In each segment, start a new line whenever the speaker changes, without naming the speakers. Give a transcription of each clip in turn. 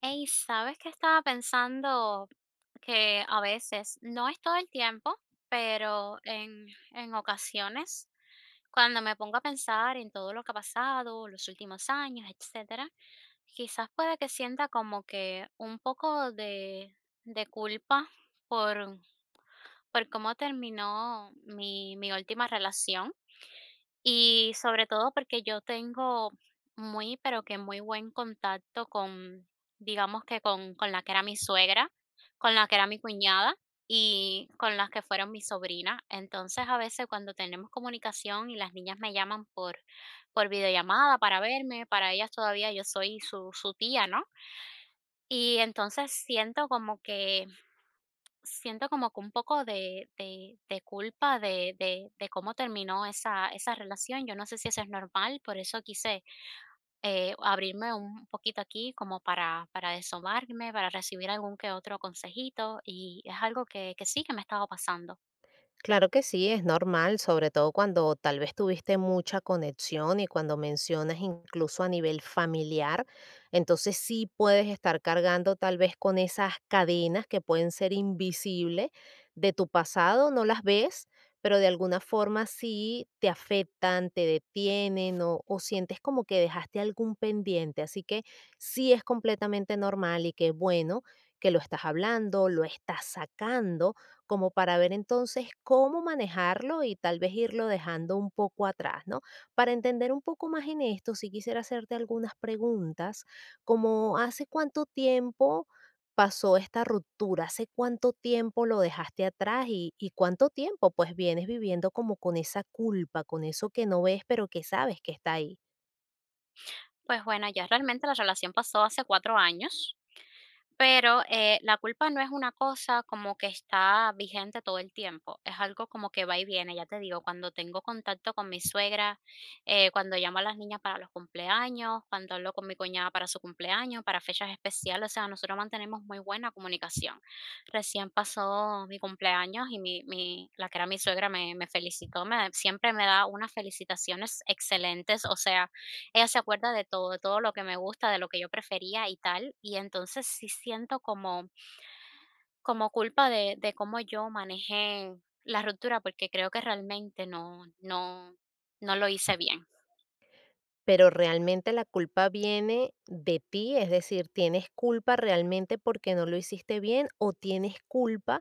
Hey, ¿sabes qué estaba pensando? Que a veces, no es todo el tiempo, pero en ocasiones, cuando me pongo a pensar en todo lo que ha pasado, los últimos años, etcétera, quizás pueda que sienta como que un poco de culpa por, por cómo terminó mi última relación. Y sobre todo porque yo tengo muy, pero que muy buen contacto con, digamos que con la que era mi suegra, con la que era mi cuñada y con las que fueron mis sobrinas. Entonces a veces cuando tenemos comunicación y las niñas me llaman por videollamada para verme, para ellas todavía yo soy su tía, ¿no? Y entonces siento como que un poco de de culpa de de cómo terminó esa relación. Yo no sé si eso es normal, por eso quise, abrirme un poquito aquí como para desahogarme, para recibir algún que otro consejito, y es algo que sí, que me estaba pasando.
Claro que sí, es normal, sobre todo cuando tal vez tuviste mucha conexión y cuando mencionas incluso a nivel familiar, entonces sí puedes estar cargando tal vez con esas cadenas que pueden ser invisibles de tu pasado, no las ves, pero de alguna forma sí te afectan, te detienen o sientes como que dejaste algún pendiente, así que sí es completamente normal y qué bueno que lo estás hablando, lo estás sacando como para ver entonces cómo manejarlo y tal vez irlo dejando un poco atrás, ¿no? Para entender un poco más en esto, sí quisiera hacerte algunas preguntas, como ¿hace cuánto tiempo pasó esta ruptura? ¿Hace cuánto tiempo lo dejaste atrás y cuánto tiempo pues vienes viviendo como con esa culpa, con eso que no ves pero que sabes que está ahí?
Pues bueno, ya realmente la relación pasó hace 4 años. Pero, la culpa no es una cosa como que está vigente todo el tiempo, es algo como que va y viene, ya te digo, cuando tengo contacto con mi suegra, cuando llamo a las niñas para los cumpleaños, cuando hablo con mi cuñada para su cumpleaños, para fechas especiales, o sea, nosotros mantenemos muy buena comunicación. Recién pasó mi cumpleaños y mi mi la que era mi suegra me felicitó, me siempre me da unas felicitaciones excelentes, o sea, ella se acuerda de todo lo que me gusta, de lo que yo prefería y tal, y entonces sí siento como como culpa de cómo yo manejé la ruptura, porque creo que realmente no lo hice bien.
Pero realmente la culpa viene de ti, es decir, ¿tienes culpa realmente porque no lo hiciste bien o tienes culpa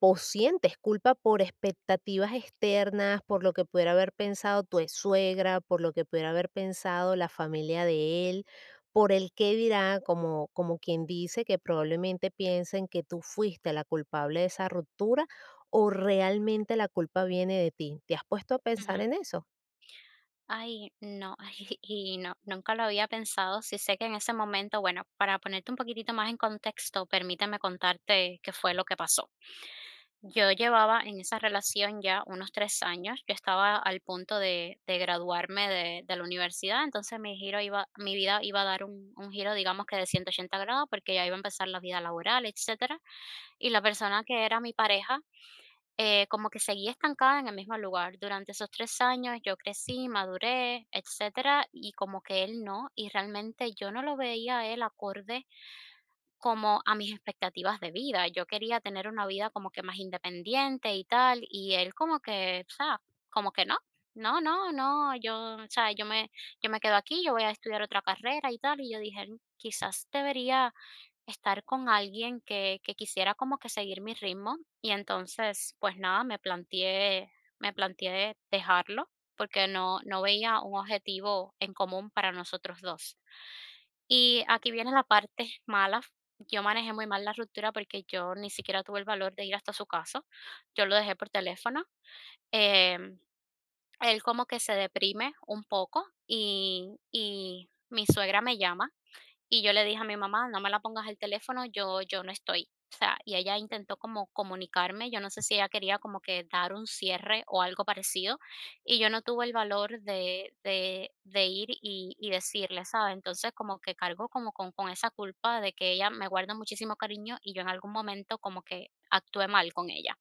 o sientes culpa por expectativas externas, por lo que pudiera haber pensado tu suegra, por lo que pudiera haber pensado la familia de él, por el qué dirá, como, como quien dice que probablemente piensen que tú fuiste la culpable de esa ruptura o realmente la culpa viene de ti? ¿Te has puesto a pensar
Ujú.
en eso?
Ay, no, ay, y no, nunca lo había pensado. Sí sé que en ese momento, bueno, para ponerte un poquitito más en contexto, permíteme contarte qué fue lo que pasó. Yo llevaba en esa relación ya unos 3 años, yo estaba al punto de graduarme de la universidad, entonces mi vida iba a dar un giro, digamos que de 180 grados, porque ya iba a empezar la vida laboral, etcétera, y la persona que era mi pareja, como que seguía estancada en el mismo lugar. Durante esos 3 años yo crecí, maduré, etcétera, y como que él no, y realmente yo no lo veía a él acorde como a mis expectativas de vida. Yo quería tener una vida como que más independiente y tal, y él como que, o sea, como que no. No, no, no, yo, o sea, yo me quedo aquí, yo voy a estudiar otra carrera y tal. Y yo dije, "Mm, quizás debería estar con alguien que quisiera como que seguir mi ritmo". Y entonces, pues nada, me planteé dejarlo porque no veía un objetivo en común para nosotros dos. Y aquí viene la parte mala. Yo manejé muy mal la ruptura porque yo ni siquiera tuve el valor de ir hasta su casa. Yo lo dejé por teléfono. Em, Él como que se deprime un poco y mi suegra me llama y yo le dije a mi mamá: "No me la pongas al teléfono, yo no estoy". O sea, y ella intentó como comunicarme, yo no sé si ella quería como que dar un cierre o algo parecido, y yo no tuve el valor de ir y decirle, ¿sabes? Entonces, como que cargo como con esa culpa de que ella me guarda muchísimo cariño y yo en algún momento como que actué mal con ella.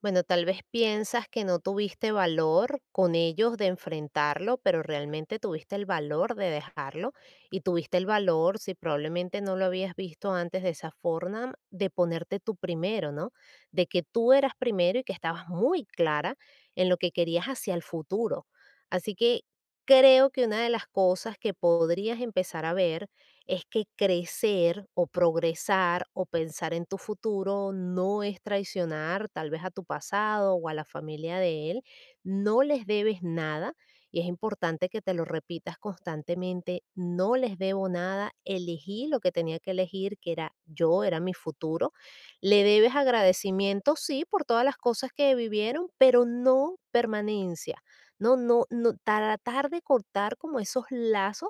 Bueno, tal vez piensas que no tuviste valor con ellos de enfrentarlo, pero realmente tuviste el valor de dejarlo y tuviste el valor, si probablemente no lo habías visto antes de esa forma, de ponerte tú primero, ¿no? De que tú eras primero y que estabas muy clara en lo que querías hacia el futuro. Así que creo que una de las cosas que podrías empezar a ver es que crecer o progresar o pensar en tu futuro no es traicionar tal vez a tu pasado o a la familia de él, no les debes nada y es importante que te lo repitas constantemente, no les debo nada, elegí lo que tenía que elegir, que era yo, era mi futuro, le debes agradecimiento, sí, por todas las cosas que vivieron, pero no permanencia. No, no, no, tratar de cortar como esos lazos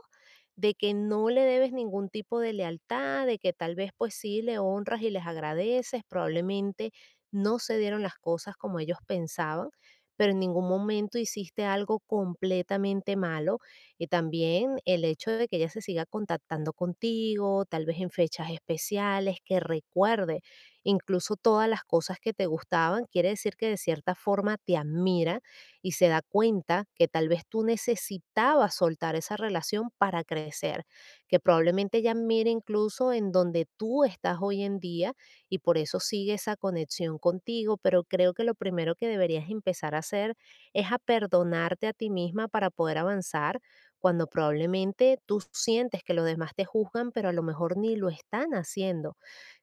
de que no le debes ningún tipo de lealtad, de que tal vez pues sí le honras y les agradeces, probablemente no se dieron las cosas como ellos pensaban, pero en ningún momento hiciste algo completamente malo. Y también el hecho de que ella se siga contactando contigo, tal vez en fechas especiales, que recuerde incluso todas las cosas que te gustaban, quiere decir que de cierta forma te admira y se da cuenta que tal vez tú necesitabas soltar esa relación para crecer, que probablemente ella mire incluso en donde tú estás hoy en día y por eso sigue esa conexión contigo, pero creo que lo primero que deberías empezar a hacer es a perdonarte a ti misma para poder avanzar cuando probablemente tú sientes que los demás te juzgan, pero a lo mejor ni lo están haciendo.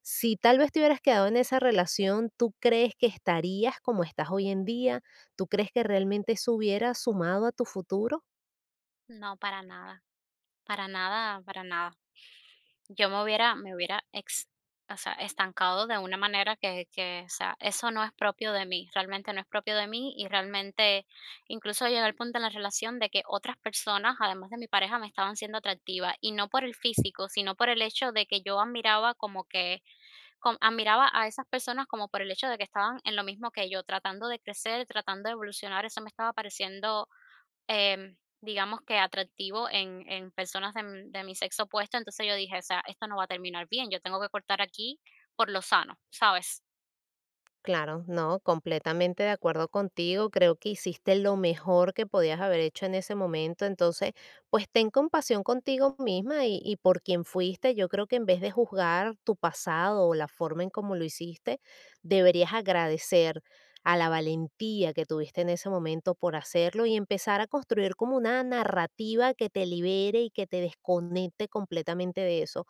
Si tal vez te hubieras quedado en esa relación, ¿tú crees que estarías como estás hoy en día? ¿Tú crees que realmente eso hubiera sumado a tu futuro?
No, para nada, para nada, para nada. Yo me hubiera ex o sea, estancado de una manera que, o sea, eso no es propio de mí, realmente no es propio de mí, y realmente incluso llegué al punto en la relación de que otras personas, además de mi pareja, me estaban siendo atractivas, y no por el físico, sino por el hecho de que yo admiraba como que com admiraba a esas personas como por el hecho de que estaban en lo mismo que yo, tratando de crecer, tratando de evolucionar, eso me estaba pareciendo Em, digamos que atractivo en personas de m de mi sexo opuesto, entonces yo dije: "O sea, esto no va a terminar bien, yo tengo que cortar aquí por lo sano", ¿sabes?
Claro, no, completamente de acuerdo contigo. Creo que hiciste lo mejor que podías haber hecho en ese momento. Entonces, pues ten compasión contigo misma y por quien fuiste. Yo creo que en vez de juzgar tu pasado o la forma en cómo lo hiciste, deberías agradecer a la valentía que tuviste en ese momento por hacerlo y empezar a construir como una narrativa que te libere y que te desconecte completamente de eso.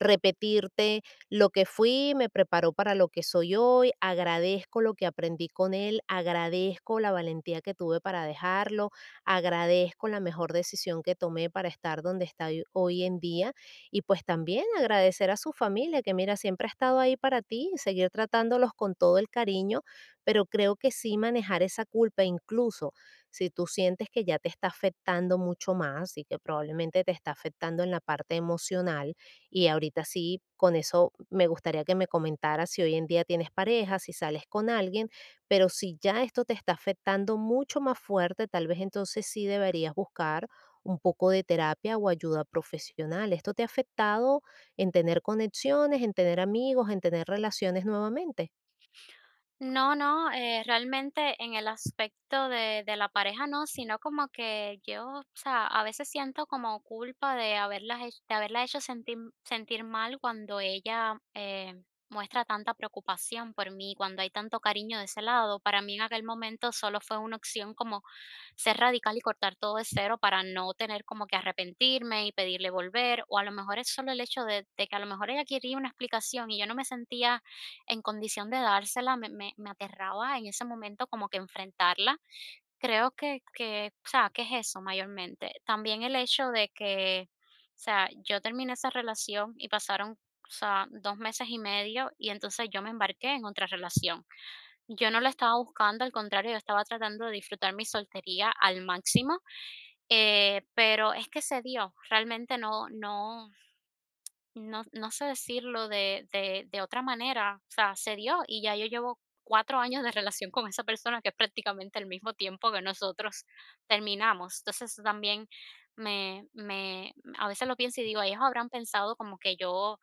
Repetirte: lo que fui me preparó para lo que soy hoy, agradezco lo que aprendí con él, agradezco la valentía que tuve para dejarlo, agradezco la mejor decisión que tomé para estar donde estoy hoy en día y pues también agradecer a su familia que mira, siempre ha estado ahí para ti, seguir tratándolos con todo el cariño, pero creo que sí manejar esa culpa, incluso si tú sientes que ya te está afectando mucho más y que probablemente te está afectando en la parte emocional y ahorita sí, con eso me gustaría que me comentaras si hoy en día tienes pareja, si sales con alguien, pero si ya esto te está afectando mucho más fuerte, tal vez entonces sí deberías buscar un poco de terapia o ayuda profesional. ¿Esto te ha afectado en tener conexiones, en tener amigos, en tener relaciones nuevamente?
No, no, realmente en el aspecto de la pareja no, sino como que yo, o sea, a veces siento como culpa de de haberla hecho sentir, sentir mal cuando ella muestra tanta preocupación por mí, cuando hay tanto cariño de ese lado. Para mí en aquel momento solo fue una opción como ser radical y cortar todo de cero para no tener como que arrepentirme y pedirle volver, o a lo mejor es solo el hecho de que a lo mejor ella quería una explicación y yo no me sentía en condición de dársela, me aterraba en ese momento como que enfrentarla. Creo o sea, que es eso mayormente. También el hecho de que, o sea, yo terminé esa relación y pasaron, o sea, 2 meses y medio, y entonces yo me embarqué en otra relación. Yo no la estaba buscando, al contrario, yo estaba tratando de disfrutar mi soltería al máximo, pero es que se dio, realmente no sé decirlo de otra manera, o sea, se dio y ya yo llevo 4 años de relación con esa persona, que es prácticamente el mismo tiempo que nosotros terminamos. Entonces, eso también me me a veces lo pienso y digo: "Ellos habrán pensado como que yo,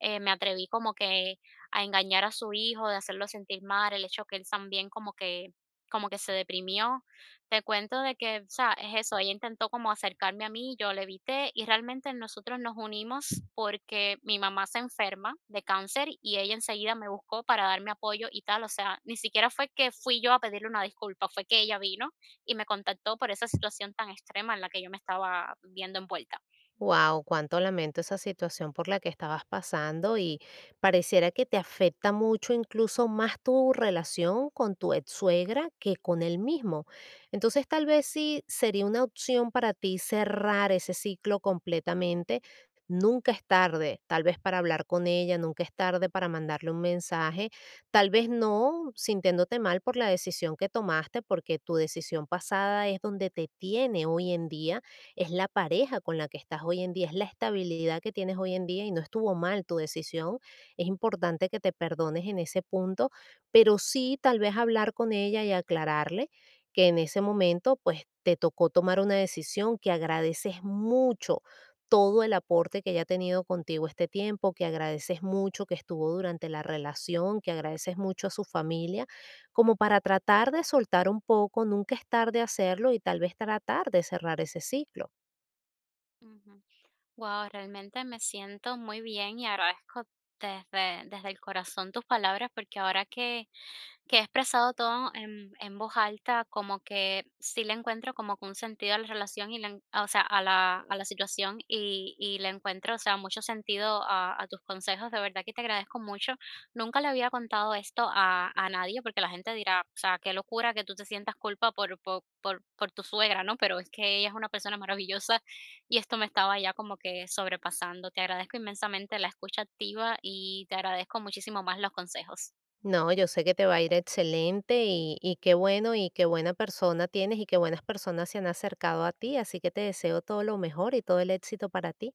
me atreví como que a engañar a su hijo, de hacerlo sentir mal", el hecho que él también como que se deprimió. Te cuento de que, o sea, es eso, ella intentó como acercarme a mí, yo le evité y realmente nosotros nos unimos porque mi mamá se enferma de cáncer y ella enseguida me buscó para darme apoyo y tal, o sea, ni siquiera fue que fui yo a pedirle una disculpa, fue que ella vino y me contactó por esa situación tan extrema en la que yo me estaba viendo envuelta.
Wow, cuánto lamento esa situación por la que estabas pasando y pareciera que te afecta mucho incluso más tu relación con tu ex suegra que con él mismo. Entonces tal vez sí sería una opción para ti cerrar ese ciclo completamente. Nunca es tarde, tal vez para hablar con ella, nunca es tarde para mandarle un mensaje, tal vez no sintiéndote mal por la decisión que tomaste, porque tu decisión pasada es donde te tiene hoy en día, es la pareja con la que estás hoy en día, es la estabilidad que tienes hoy en día y no estuvo mal tu decisión. Es importante que te perdones en ese punto, pero sí tal vez hablar con ella y aclararle que en ese momento pues te tocó tomar una decisión, que agradeces mucho todo el aporte que ella ha tenido contigo este tiempo, que agradeces mucho que estuvo durante la relación, que agradeces mucho a su familia, como para tratar de soltar un poco, nunca es tarde hacerlo y tal vez tratar de cerrar ese ciclo.
Ujú. Wow, realmente me siento muy bien y agradezco desde el corazón tus palabras porque ahora que he expresado todo en voz alta, como que sí le encuentro como que un sentido a la relación y o sea, a a la situación y le encuentro, o sea, mucho sentido a tus consejos. De verdad que te agradezco mucho. Nunca le había contado esto a nadie porque la gente dirá, o sea, qué locura que tú te sientas culpa por tu suegra, ¿no? Pero es que ella es una persona maravillosa y esto me estaba ya como que sobrepasando. Te agradezco inmensamente la escucha activa y te agradezco muchísimo más los consejos.
No, yo sé que te va a ir excelente y qué bueno y qué buena persona tienes y qué buenas personas se han acercado a ti, así que te deseo todo lo mejor y todo el éxito para ti.